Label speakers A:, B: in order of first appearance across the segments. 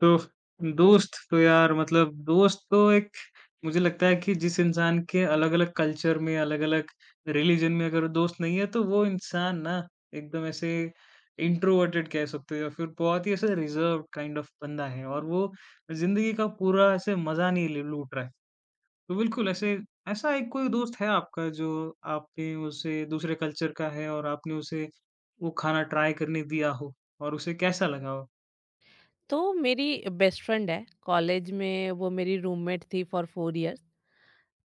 A: तो दोस्त तो यार दोस्त तो एक मुझे लगता है कि जिस इंसान के अलग-अलग कल्चर में, अलग-अलग रिलिजन में अगर दोस्त नहीं है, तो वो इंसान ना एकदम ऐसे इंट्रोवर्टेड कह सकते हो या फिर बहुत ही ऐसे रिजर्व्ड काइंड ऑफ बंदा है और वो ज़िंदगी का पूरा ऐसे मज़ा नहीं ले लूट रहा है। तो बिल्कुल ऐसे ऐसा एक कोई दोस्त है आपका जो आपने उसे दूसरे कल्चर का है और आपने उसे वो खाना ट्राई करने दिया हो और उसे कैसा लगा हो?
B: तो मेरी बेस्ट फ्रेंड है कॉलेज में वो मेरी रूममेट थी फॉर 4 इयर्स।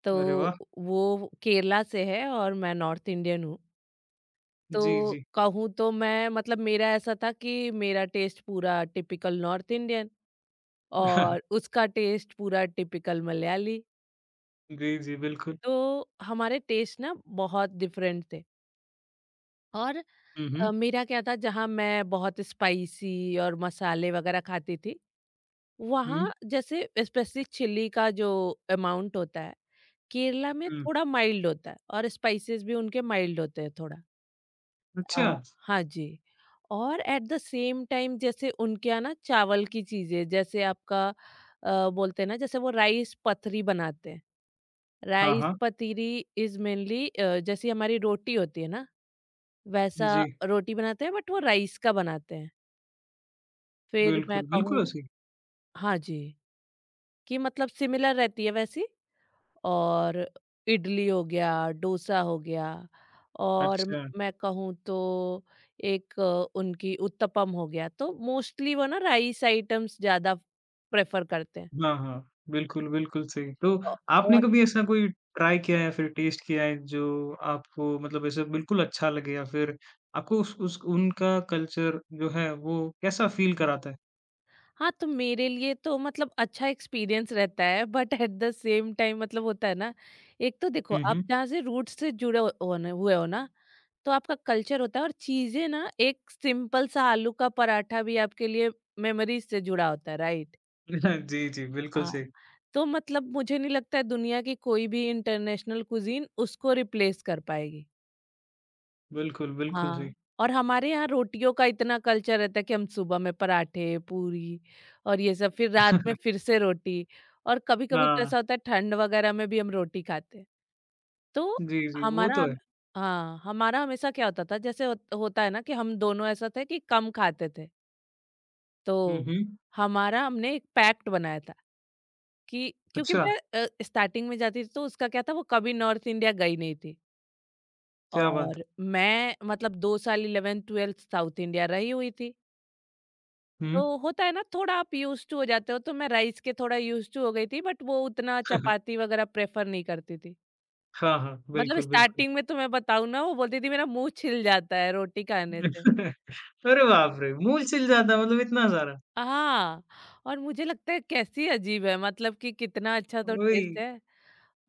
B: तो
A: अरे वाह!
B: वो केरला से है और मैं नॉर्थ इंडियन हूँ।
A: जी,
B: तो
A: जी।
B: कहूँ तो मैं मतलब मेरा ऐसा था कि मेरा टेस्ट पूरा टिपिकल नॉर्थ इंडियन और उसका टेस्ट पूरा टिपिकल मलयाली।
A: जी, जी, बिल्कुल।
B: तो हमारे टेस्ट ना बहुत डिफरेंट थे। और
A: हुँ, हुँ,
B: मेरा क्या था, जहाँ मैं बहुत स्पाइसी और मसाले वगैरह खाती थी,
A: हुँ,
B: वहाँ जैसे स्पेसिफिक चिली का जो अमाउंट होता है, केरला में
A: हुँ।
B: थोड़ा माइल्ड होता है और स्पाइसेस भी उनके माइल्ड होते हैं थोड़ा। अ,
A: अच्छा,
B: हाँ जी, और एट द सेम टाइम जैसे उनके यहाँ ना चावल की चीज़ें जैसे आपका बोलते हैं ना जैसे वो राइस पथरी बनाते हैं।
A: हाँ,
B: राइस
A: हाँ।
B: पतीरी इज़ मेनली जैसी हमारी रोटी होती है ना, वैसा
A: जी,
B: रोटी बनाते हैं, बट वो राइस का बनाते हैं। फिर मैं
A: बिल्कुल,
B: कहूँ
A: बिल्कुल सही।
B: हाँ जी, कि मतलब सिमिलर रहती है वैसी। और इडली हो गया, डोसा हो गया, और
A: अच्छा,
B: मैं कहूँ तो एक उनकी उत्तपम हो गया। तो मोस्टली वो ना राइस आइटम्स ज़्यादा प्रेफ़र करते हैं।
A: हाँ, हाँ, बिल्कुल, बिल्कुल सही। तो
B: औ
A: आपने
B: और
A: कभी ऐसा कोई ट्राई किया है या फिर टेस्ट किया है जो आपको ऐसे बिल्कुल अच्छा लगे या फिर आपको उस उनका कल्चर जो है वो कैसा फ़ील कराता है?
B: हाँ, तो मेरे लिए तो मतलब अच्छा एक्सपीरियंस रहता है, but at the same time मतलब होता है ना, एक तो देखो
A: हुँ,
B: आप
A: हुँ।
B: जहाँ से रूट से जुड़े हो होने हुए हो ना, तो आपका कल्चर होता है और चीजें ना एक सिंपल सा आलू का पराठा भी आपके लिए मेमोरीज से जुड़ा होता है, राइट।
A: जी, जी, बिल्कुल
B: हाँ,
A: सही।
B: तो मतलब मुझे नहीं लगता है दुनिया की कोई भी इंटरनेशनल कुजीन उसको रिप्लेस कर पाएगी।
A: बिल्कुल, बिल्कुल सही।
B: हाँ, और हमारे यहाँ रोटियों का इतना कल्चर रहता है कि हम सुबह में पराठे, पूरी, और ये सब, फिर रात में फिर से रोटी। और कभी-कभी तो
A: हाँ,
B: ऐसा होता है ठंड वगैरह में भी हम रोटी खाते हैं। तो
A: जी, जी, वो
B: हमारा
A: तो है।
B: हम हाँ, हमारा हमेशा क्या होता था, जैसे होता है ना कि हम दोनों ऐसा थे कि कम खाते थे। तो
A: हुँ, हुँ।
B: हमारा हमने एक पैक्ट बनाया था, कि क्योंकि
A: अच्छा,
B: मैं स्टार्टिंग में जाती थी, तो उसका क्या था, वो कभी नॉर्थ इंडिया गई नहीं थी।
A: क्या बात
B: और
A: है!
B: मैं मतलब 2 साल 11th-12th साउथ इंडिया रही हुई थी।
A: हुँ।
B: तो होता है ना, थोड़ा आप यूज़्ड टू हो जाते हो, तो मैं राइस के थोड़ा यूज़्ड टू हो गई थी, बट वो उतना चपाती वगैरह प्रेफ़र नहीं करती थी।
A: हाँ, हाँ,
B: मतलब
A: बिल्कुल, बिल्कुल।
B: स्टार्टिंग में तो मैं बताऊँ ना, वो बोलती थी मेरा मुँह छिल जाता है रोटी खाने से।
A: अरे बाप रे! मूल छिल जाता है इतना सारा।
B: हाँ, और मुझे लगता है कैसी अजीब है मतलब, कि कितना अच्छा तो
A: वही,
B: टेस्ट है।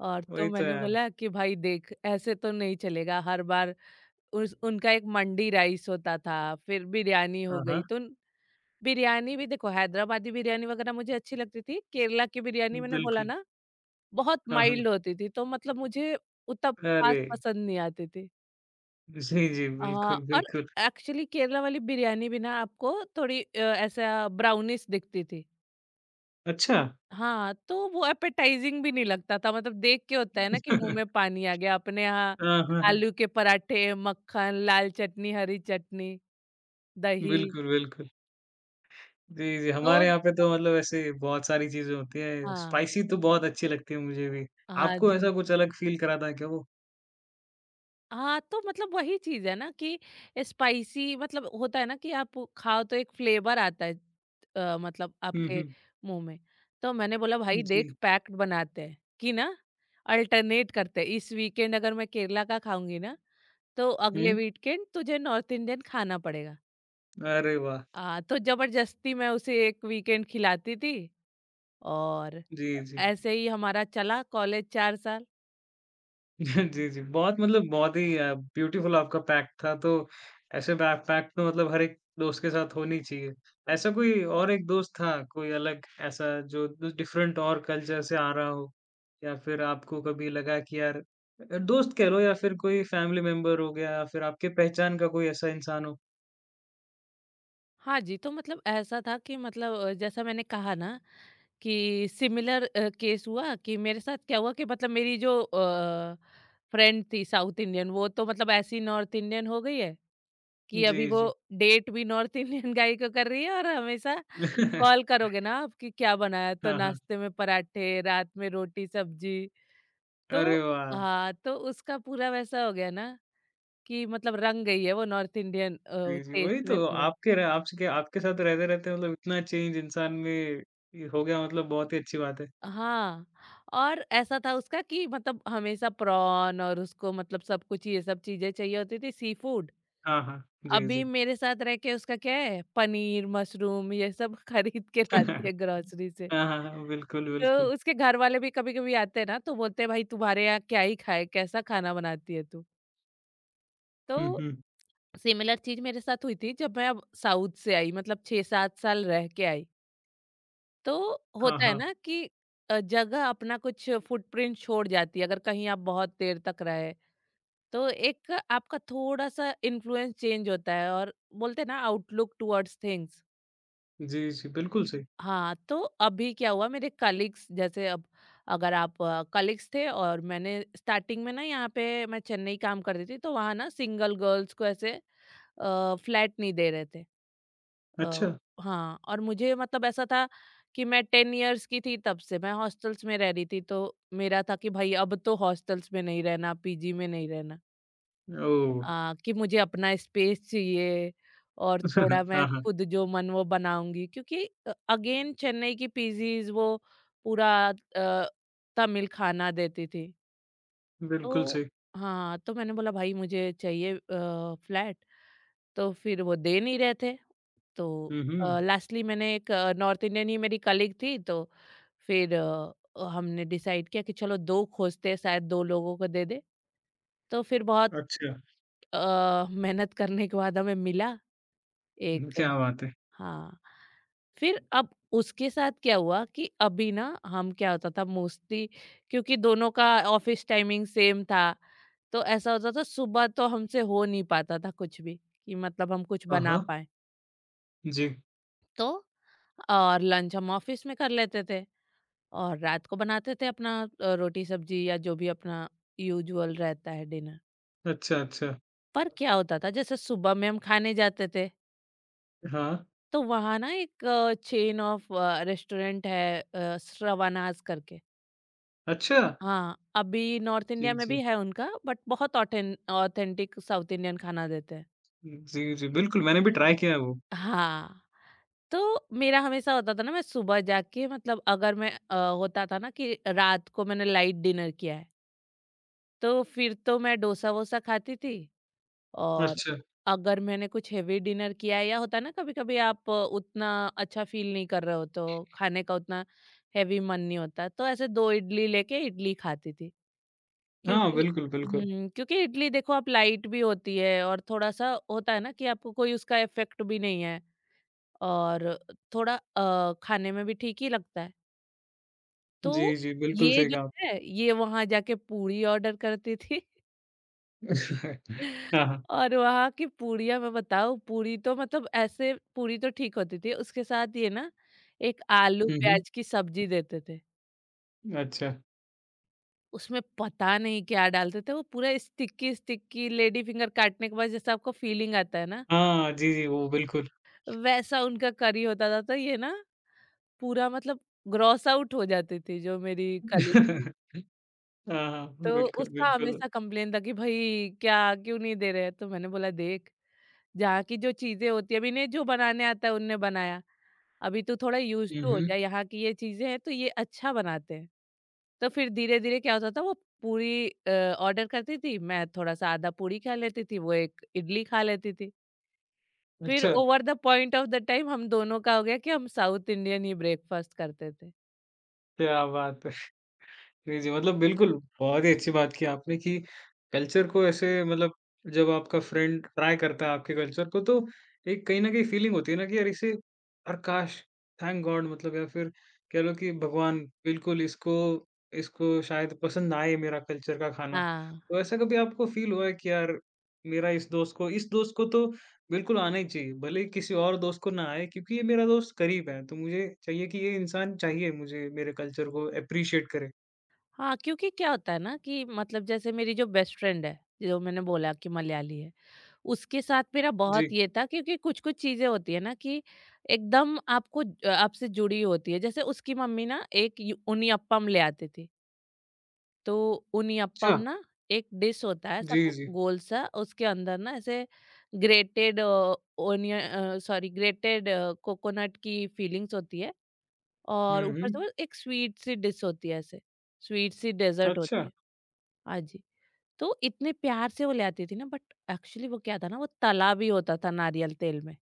B: और
A: वही
B: तो
A: तो
B: मैंने
A: यार।
B: बोला कि भाई देख ऐसे तो नहीं चलेगा हर बार। उस उनका एक मंडी राइस होता था, फिर बिरयानी हो
A: हाँ,
B: गई,
A: हाँ।
B: तो बिरयानी भी देखो, हैदराबादी बिरयानी वगैरह मुझे अच्छी लगती थी। केरला की बिरयानी मैंने बोला
A: बिल्कुल।
B: ना बहुत
A: हाँ, हाँ।
B: माइल्ड होती थी, तो मतलब मुझे उतना ख़ास
A: अरे!
B: पसंद नहीं आती थी।
A: जी, जी।
B: हाँ,
A: बिल्कुल,
B: और
A: बिल्कुल।
B: एक्चुअली केरला वाली बिरयानी भी ना आपको थोड़ी ऐसा ब्राउनिश दिखती थी।
A: अच्छा।
B: हाँ, तो वो एपेटाइज़िंग भी नहीं लगता था, मतलब देख के होता है ना कि मुँह में पानी आ गया। अपने यहाँ
A: हाँ, हाँ, हाँ।
B: आलू के पराठे, मक्खन, लाल चटनी, हरी चटनी, दही।
A: बिल्कुल, बिल्कुल। जी, जी।
B: तो
A: हमारे यहाँ पे तो ऐसे बहुत सारी चीज़ें होती हैं।
B: हाँ,
A: स्पाइसी तो बहुत अच्छी लगती है मुझे भी।
B: हाँ
A: आपको ऐसा
B: जी।
A: कुछ अलग फ़ील कराता है क्या वो?
B: हाँ, तो मतलब वही चीज़ है ना कि स्पाइसी मतलब होता है ना कि आप खाओ तो एक फ्लेवर आता है मतलब
A: हुँ,
B: आपके
A: हुँ।
B: मुँह में। तो मैंने बोला भाई देख
A: जी।
B: पैक्ड बनाते हैं कि ना, अल्टरनेट करते हैं। इस वीकेंड अगर मैं केरला का खाऊँगी ना, तो अगले
A: हुँ।
B: वीकेंड तुझे नॉर्थ इंडियन खाना पड़ेगा।
A: अरे वाह!
B: तो ज़बरदस्ती मैं उसे 1 वीकेंड खिलाती थी। और
A: जी, जी।
B: ऐसे ही हमारा चला कॉलेज 4 साल।
A: जी, जी। बहुत बहुत ही ब्यूटीफुल आपका पैक था तो ऐसे बैकपैक तो हर एक दोस्त के साथ होनी चाहिए। ऐसा कोई और एक दोस्त था, कोई अलग ऐसा जो ड डिफरेंट और कल्चर से आ रहा हो? या फिर आपको कभी लगा कि यार दोस्त कह लो या फिर कोई फैमिली मेंबर हो गया या फिर आपके पहचान का कोई ऐसा इंसान हो?
B: हाँ जी, तो मतलब ऐसा था कि मतलब जैसा मैंने कहा ना कि सिमिलर केस हुआ, कि मेरे साथ क्या हुआ कि मतलब मेरी जो फ्रेंड थी साउथ इंडियन, वो तो मतलब ऐसी नॉर्थ इंडियन हो गई है कि अभी
A: जी,
B: वो
A: जी।
B: डेट भी नॉर्थ इंडियन गाई को कर रही है। और हमेशा कॉल करोगे ना आप कि क्या बनाया, तो
A: हाँ, हाँ।
B: नाश्ते में पराठे, रात में रोटी सब्जी। तो
A: अरे वाह!
B: हाँ, तो उसका पूरा वैसा हो गया ना, कि मतलब रंग गई है वो नॉर्थ इंडियन
A: जी, जी।
B: टेस्ट
A: वही तो
B: में।
A: आपके आपके साथ रहते-रहते इतना चेंज इंसान में ये हो गया बहुत ही अच्छी बात है।
B: हाँ, और ऐसा था उसका कि मतलब हमेशा प्रॉन, और उसको मतलब सब कुछ ये सब चीज़ें चाहिए होती थी, सी फूड।
A: हाँ, हाँ। जी,
B: अभी
A: जी।
B: मेरे साथ रह के उसका क्या है, पनीर, मशरूम ये सब खरीद के लाती
A: हाँ,
B: है ग्रोसरी से।
A: हाँ, हाँ। बिल्कुल,
B: तो
A: बिल्कुल।
B: उसके घर वाले भी कभी-कभी आते हैं ना, तो बोलते हैं, "भाई तुम्हारे यहाँ क्या ही खाएँ, कैसा खाना बनाती है तू?" तो
A: हुँ, हुँ।
B: सिमिलर चीज़ मेरे साथ हुई थी जब मैं अब साउथ से आई, मतलब 6-7 साल रह के आई। तो
A: हाँ,
B: होता है
A: हाँ।
B: ना कि जगह अपना कुछ फुटप्रिंट छोड़ जाती है, अगर कहीं आप बहुत देर तक रहे तो एक आपका थोड़ा सा इन्फ्लुएंस चेंज होता है। और बोलते हैं ना आउटलुक टुवर्ड्स थिंग्स।
A: जी, जी, बिल्कुल सही।
B: हाँ, तो अभी क्या हुआ मेरे कलीग्स जैसे, अब अगर आप कलीग्स थे, और मैंने स्टार्टिंग में ना यहाँ पे, मैं चेन्नई काम करती थी, तो वहाँ ना सिंगल गर्ल्स को ऐसे फ्लैट नहीं दे रहे थे।
A: अच्छा।
B: अ, हाँ, और मुझे मतलब ऐसा था कि मैं 10 इयर्स की थी तब से मैं हॉस्टल्स में रह रही थी, तो मेरा था कि भाई अब तो हॉस्टल्स में नहीं रहना, पीजी में नहीं रहना।
A: ओह!
B: कि मुझे अपना स्पेस चाहिए और थोड़ा मैं
A: हाँ, हाँ।
B: खुद जो मन वो बनाऊंगी, क्योंकि अगेन चेन्नई की पीजीज वो पूरा अ, तमिल खाना देती थी।
A: बिल्कुल
B: तो
A: सही।
B: हाँ, तो मैंने बोला भाई मुझे चाहिए फ्लैट, तो फिर वो दे नहीं रहे थे। तो
A: हुँ, हुँ।
B: लास्टली मैंने एक नॉर्थ इंडियन ही मेरी कलीग थी, तो फिर हमने डिसाइड किया कि चलो 2 खोजते हैं, शायद 2 लोगों को दे दे। तो फिर बहुत
A: अच्छा।
B: मेहनत करने के बाद हमें मिला एक।
A: क्या बात है!
B: हाँ। फिर अब उसके साथ क्या हुआ कि अभी ना हम क्या होता था मोस्टली, क्योंकि दोनों का ऑफिस टाइमिंग सेम था। तो ऐसा होता था सुबह तो हमसे हो नहीं पाता था कुछ भी कि मतलब हम कुछ
A: हाँ,
B: बना
A: हाँ।
B: पाए।
A: जी।
B: तो और लंच हम ऑफिस में कर लेते थे, और रात को बनाते थे अपना रोटी सब्जी या जो भी अपना यूजुअल रहता है डिनर।
A: अच्छा, अच्छा।
B: पर क्या होता था जैसे सुबह में हम खाने जाते थे,
A: हाँ।
B: तो वहाँ ना एक चेन ऑफ रेस्टोरेंट है श्रवणाज करके।
A: अच्छा!
B: हाँ, अभी नॉर्थ इंडिया
A: जी,
B: में भी
A: जी।
B: है उनका, बट बहुत ऑथेंटिक साउथ इंडियन खाना देते हैं।
A: जी, जी, बिल्कुल, मैंने भी ट्राई किया है वो।
B: हाँ, तो मेरा हमेशा होता था ना मैं सुबह जाके, मतलब अगर मैं होता था ना कि रात को मैंने लाइट डिनर किया है, तो फिर तो मैं डोसा वोसा खाती थी। और
A: अच्छा।
B: अगर मैंने कुछ हेवी डिनर किया है, या होता है ना कभी कभी आप उतना अच्छा फील नहीं कर रहे हो, तो खाने का उतना हैवी मन नहीं होता, तो ऐसे दो इडली लेके इडली खाती थी,
A: हाँ,
B: क्योंकि
A: बिल्कुल, बिल्कुल।
B: हम्म, क्योंकि इडली देखो आप लाइट भी होती है, और थोड़ा सा होता है ना कि आपको कोई उसका इफेक्ट भी नहीं है, और थोड़ा खाने में भी ठीक ही लगता है।
A: जी,
B: तो
A: जी, बिल्कुल
B: ये
A: सही
B: जो
A: कहा
B: है, ये वहाँ जाके पूड़ी ऑर्डर करती थी।
A: आपने। हाँ, हाँ।
B: और वहाँ की पूड़ियाँ मैं बताऊँ, पूड़ी तो मतलब ऐसे पूड़ी तो ठीक होती थी, उसके साथ ये ना एक आलू
A: हुँ,
B: प्याज़ की सब्ज़ी देते थे।
A: हुँ। अच्छा।
B: उसमें पता नहीं क्या डालते थे, वो पूरा स्टिकी-स्टिकी लेडी फिंगर काटने के बाद जैसा आपको फ़ीलिंग आता है ना,
A: हाँ, जी, जी, वो बिल्कुल।
B: वैसा उनका करी होता था। तो ये ना पूरा मतलब ग्रॉस आउट हो जाती थी, जो मेरी कलीग थी।
A: हाँ, हाँ।
B: तो
A: बिल्कुल,
B: उसका
A: बिल्कुल।
B: हमेशा कंप्लेन था कि भाई क्या क्यों नहीं दे रहे? तो मैंने बोला देख, जहाँ की जो चीज़ें होती है, अभी इन्हें जो बनाने आता है उनने बनाया। अभी तू थोड़ा यूज़्ड
A: हुँ,
B: टू हो
A: हुँ।
B: जा, यहाँ की ये चीज़ें हैं तो ये अच्छा बनाते हैं। तो फिर धीरे-धीरे क्या होता था, वो पूरी ऑर्डर करती थी, मैं थोड़ा-सा आधा पूड़ी खा लेती थी, वो एक इडली खा लेती थी। फिर
A: अच्छा,
B: over the point of the time हम दोनों का हो गया कि हम साउथ इंडियन ही ब्रेकफास्ट करते थे।
A: क्या बात है! जी, जी। मतलब बिल्कुल, बहुत ही अच्छी बात की आपने कि कल्चर को ऐसे जब आपका फ्रेंड ट्राई करता है आपके कल्चर को तो एक कहीं न कहीं फीलिंग होती है ना कि यार इसे और काश थैंक गॉड मतलब या फिर कह लो कि भगवान बिल्कुल इसको इसको शायद पसंद आए मेरा कल्चर का खाना।
B: हाँ।
A: तो ऐसा कभी आपको फील हुआ है कि यार मेरा इस दोस्त को तो बिल्कुल आना ही चाहिए, भले ही किसी और दोस्त को ना आए क्योंकि ये मेरा दोस्त करीब है, तो मुझे चाहिए कि ये इंसान चाहिए मुझे मेरे कल्चर को एप्रिशिएट करे।
B: हाँ, क्योंकि क्या होता है ना कि मतलब जैसे मेरी जो बेस्ट फ्रेंड है, जो मैंने बोला कि मलयाली है, उसके साथ मेरा बहुत
A: जी,
B: ये था, क्योंकि कुछ-कुछ चीज़ें होती है ना कि एकदम आपको आपसे जुड़ी होती है। जैसे उसकी मम्मी ना एक यू उनियप्पम ले आती थी। तो
A: अच्छा।
B: उनियप्पम ना एक डिश होता है ऐसा
A: जी,
B: गो
A: जी।
B: गोल सा, उसके अंदर ना ऐसे ग्रेटेड सॉरी, ग्रेटेड कोकोनट की फीलिंग्स होती है, और
A: हुँ,
B: ऊपर से
A: हुँ।
B: वो एक स्वीट सी डिश होती है ऐसे, स्वीट सी डेज़र्ट
A: अच्छा,
B: होती है। हाँ जी। तो इतने प्यार से वो ले आती थी ना, बट एक्चुअली वो क्या था ना वो तला भी होता था नारियल तेल में।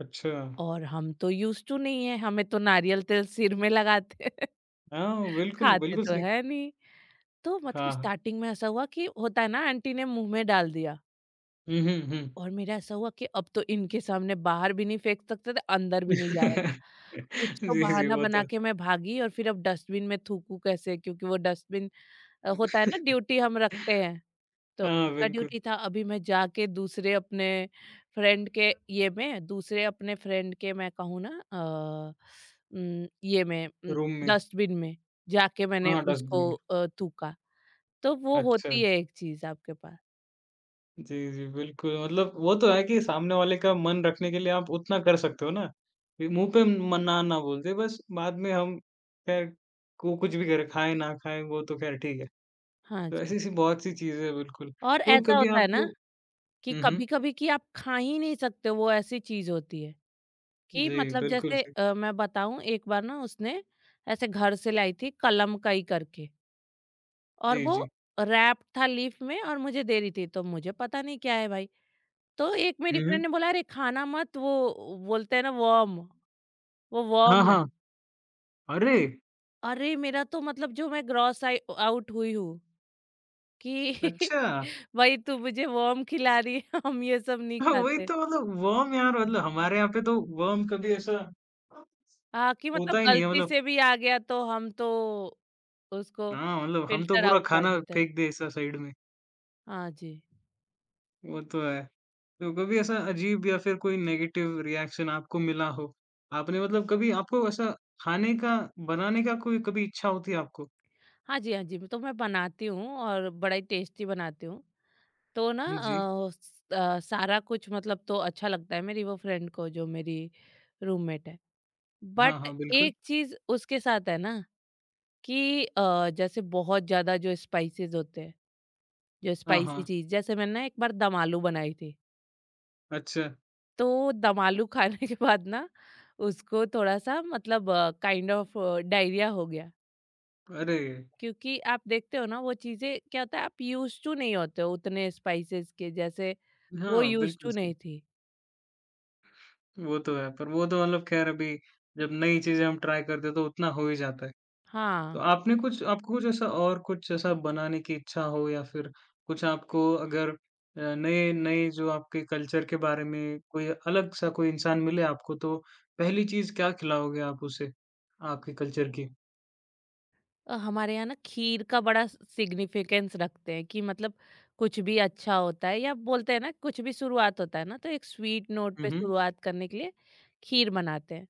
A: अच्छा।
B: और हम तो यूज्ड टू नहीं है, हमें तो नारियल तेल सिर में लगाते हैं,
A: हाँ, बिल्कुल,
B: खाते
A: बिल्कुल
B: तो
A: सही
B: है नहीं। तो मतलब
A: हाँ, हाँ।
B: स्टार्टिंग में ऐसा हुआ कि होता है ना, आंटी ने मुँह में डाल दिया,
A: हुँ, हुँ, हुँ।
B: और मेरा ऐसा हुआ कि अब तो इनके सामने बाहर भी नहीं फेंक सकते थे, अंदर भी नहीं जा रहा था।
A: जी,
B: कुछ तो
A: जी,
B: बहाना
A: वो
B: बना
A: तो
B: के मैं भागी, और फिर अब डस्टबिन में थूकूँ कैसे, क्योंकि वो डस्टबिन होता है ना ड्यूटी हम रखते हैं। तो
A: हाँ,
B: उसका
A: बिल्कुल।
B: ड्यूटी था, अभी मैं जाके दूसरे अपने फ्रेंड के, मैं कहूँ ना, उम, ये में उम,
A: रूम में
B: डस्टबिन में जाके मैंने
A: हाँ, डस्टबिन
B: उसको
A: में।
B: थूका। तो वो
A: अच्छा।
B: होती है एक चीज़ आपके पास।
A: जी, जी, बिल्कुल वो तो है कि सामने वाले का मन रखने के लिए आप उतना कर सकते हो ना, कि मुँह पे म ना ना बोल दे बस बाद में हम खैर को कुछ भी करें, खाएँ ना खाएँ वो तो खैर ठीक है।
B: हाँ
A: तो
B: जी।
A: ऐसी-ऐसी बहुत सी चीज़ें हैं बिल्कुल।
B: और
A: तो
B: ऐसा
A: कभी
B: होता है
A: आपको
B: ना कि
A: हुँ, हुँ।
B: कभी-कभी कि आप खा ही नहीं सकते, वो ऐसी चीज़ होती है कि
A: जी,
B: मतलब
A: बिल्कुल
B: जैसे
A: सही।
B: मैं बताऊँ, एक बार ना उसने ऐसे घर से लाई थी कलमकई करके। और
A: जी,
B: वो
A: जी।
B: रैप था लीफ में, और मुझे दे रही थी, तो मुझे पता नहीं क्या है भाई। तो एक मेरी
A: हुँ,
B: फ्रेंड
A: हुँ।
B: ने बोला अरे खाना मत, वो बोलते हैं ना वर्म, वो
A: हाँ,
B: वर्म है।
A: हाँ। अरे!
B: अरे, मेरा तो मतलब जो मैं ग्रॉस आई आउट हुई हूँ, कि
A: अच्छा।
B: भाई तू मुझे वर्म खिला रही है, हम ये सब नहीं
A: हाँ, वही
B: खाते।
A: तो मतलब वर्म यार हमारे यहाँ पे तो वर्म कभी ऐसा
B: हाँ, कि
A: होता
B: मतलब
A: ही नहीं है
B: गलती
A: मतलब
B: से भी आ गया तो हम तो उसको
A: हाँ, मतलब हम तो
B: फ़िल्टर
A: पूरा
B: आउट कर
A: खाना
B: देते हैं।
A: फेंक दे ऐसा साइड में,
B: हाँ जी।
A: वो तो है। तो कभी ऐसा अजीब या फिर कोई नेगेटिव रिएक्शन आपको मिला हो? आपने मतलब कभी आपको ऐसा खाने का बनाने का कोई कभी इच्छा होती है आपको?
B: हाँ जी, हाँ जी, तो मैं बनाती हूँ और बड़ा ही टेस्टी बनाती हूँ। तो ना
A: जी।
B: सारा कुछ मतलब तो अच्छा लगता है मेरी वो फ्रेंड को, जो मेरी रूममेट है।
A: हाँ,
B: बट
A: हाँ, बिल्कुल।
B: एक चीज उसके साथ है ना कि जैसे बहुत ज्यादा जो स्पाइसेस होते हैं, जो
A: हाँ,
B: स्पाइसी
A: हाँ।
B: चीज, जैसे मैंने ना एक बार दम आलू बनाई थी,
A: अच्छा।
B: तो दम आलू खाने के बाद ना उसको थोड़ा सा मतलब काइंड ऑफ डायरिया हो गया,
A: अरे!
B: क्योंकि आप देखते हो ना वो चीजें, क्या होता है आप यूज टू नहीं होते हो उतने स्पाइसेस के, जैसे वो
A: हाँ,
B: यूज
A: बिल्कुल
B: टू
A: सही।
B: नहीं थी।
A: वो तो है, पर वो तो मतलब ख़ैर अभी जब नई चीज़ें हम ट्राई करते हैं तो उतना हो ही जाता है। तो
B: हाँ।
A: आपने कुछ आपको कुछ ऐसा और कुछ ऐसा बनाने की इच्छा हो या फिर कुछ आपको अगर नए-नए जो आपके कल्चर के बारे में कोई अलग सा कोई इंसान मिले आपको तो पहली चीज़ क्या खिलाओगे आप उसे, आपके कल्चर की?
B: हमारे यहाँ ना खीर का बड़ा सिग्निफिकेंस रखते हैं, कि मतलब कुछ भी अच्छा होता है, या बोलते हैं ना कुछ भी शुरुआत होता है ना, तो एक स्वीट नोट
A: हुँ,
B: पे
A: हुँ।
B: शुरुआत करने के लिए खीर बनाते हैं।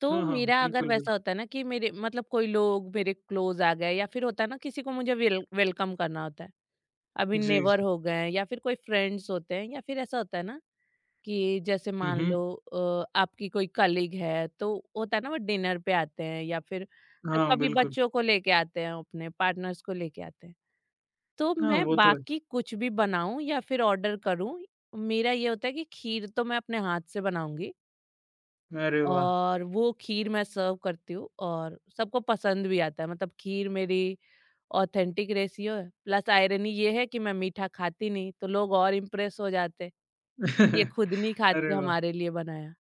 B: तो
A: हाँ, हाँ,
B: मेरा अगर
A: बिल्कुल,
B: वैसा
A: बिल्कुल।
B: होता है ना कि मेरे मतलब कोई लोग मेरे क्लोज आ गए, या फिर होता है ना किसी को मुझे वेलकम करना होता है, अभी
A: जी,
B: नेवर
A: जी।
B: हो गए हैं, या फिर कोई फ्रेंड्स होते हैं, या फिर ऐसा होता है ना कि जैसे
A: हुँ,
B: मान
A: हुँ।
B: लो आपकी कोई कलीग है, तो होता है ना वो डिनर पे आते हैं, या फिर
A: हाँ,
B: कभी
A: बिल्कुल।
B: बच्चों को लेके आते हैं, अपने पार्टनर्स को लेके आते हैं, तो
A: हाँ,
B: मैं
A: वो तो है।
B: बाकी कुछ भी बनाऊं या फिर ऑर्डर करूं, मेरा ये होता है कि खीर तो मैं अपने हाथ से बनाऊंगी।
A: अरे वाह!
B: और वो खीर मैं सर्व करती हूँ, और सबको पसंद भी आता है, मतलब खीर मेरी ऑथेंटिक रेसियो है, प्लस आयरनी ये है कि मैं मीठा खाती नहीं, तो लोग और इम्प्रेस हो जाते, ये खुद नहीं खाती
A: अरे वाह!
B: हमारे लिए बनाया।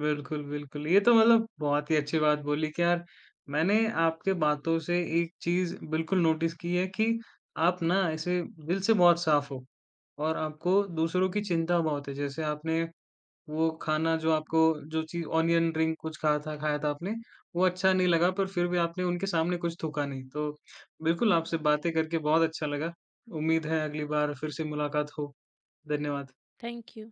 A: बिल्कुल, बिल्कुल। ये तो बहुत ही अच्छी बात बोली कि यार मैंने आपके बातों से एक चीज़ बिल्कुल नोटिस की है कि आप ना ऐसे दिल से बहुत साफ़ हो और आपको दूसरों की चिंता बहुत है। जैसे आपने वो खाना जो आपको जो चीज़ ऑनियन रिंग कुछ कहा था खाया था आपने, वो अच्छा नहीं लगा पर फिर भी आपने उनके सामने कुछ थूका नहीं। तो बिल्कुल आपसे बातें करके बहुत अच्छा लगा। उम्मीद है अगली बार फिर से मुलाकात हो। धन्यवाद।
B: Thank you.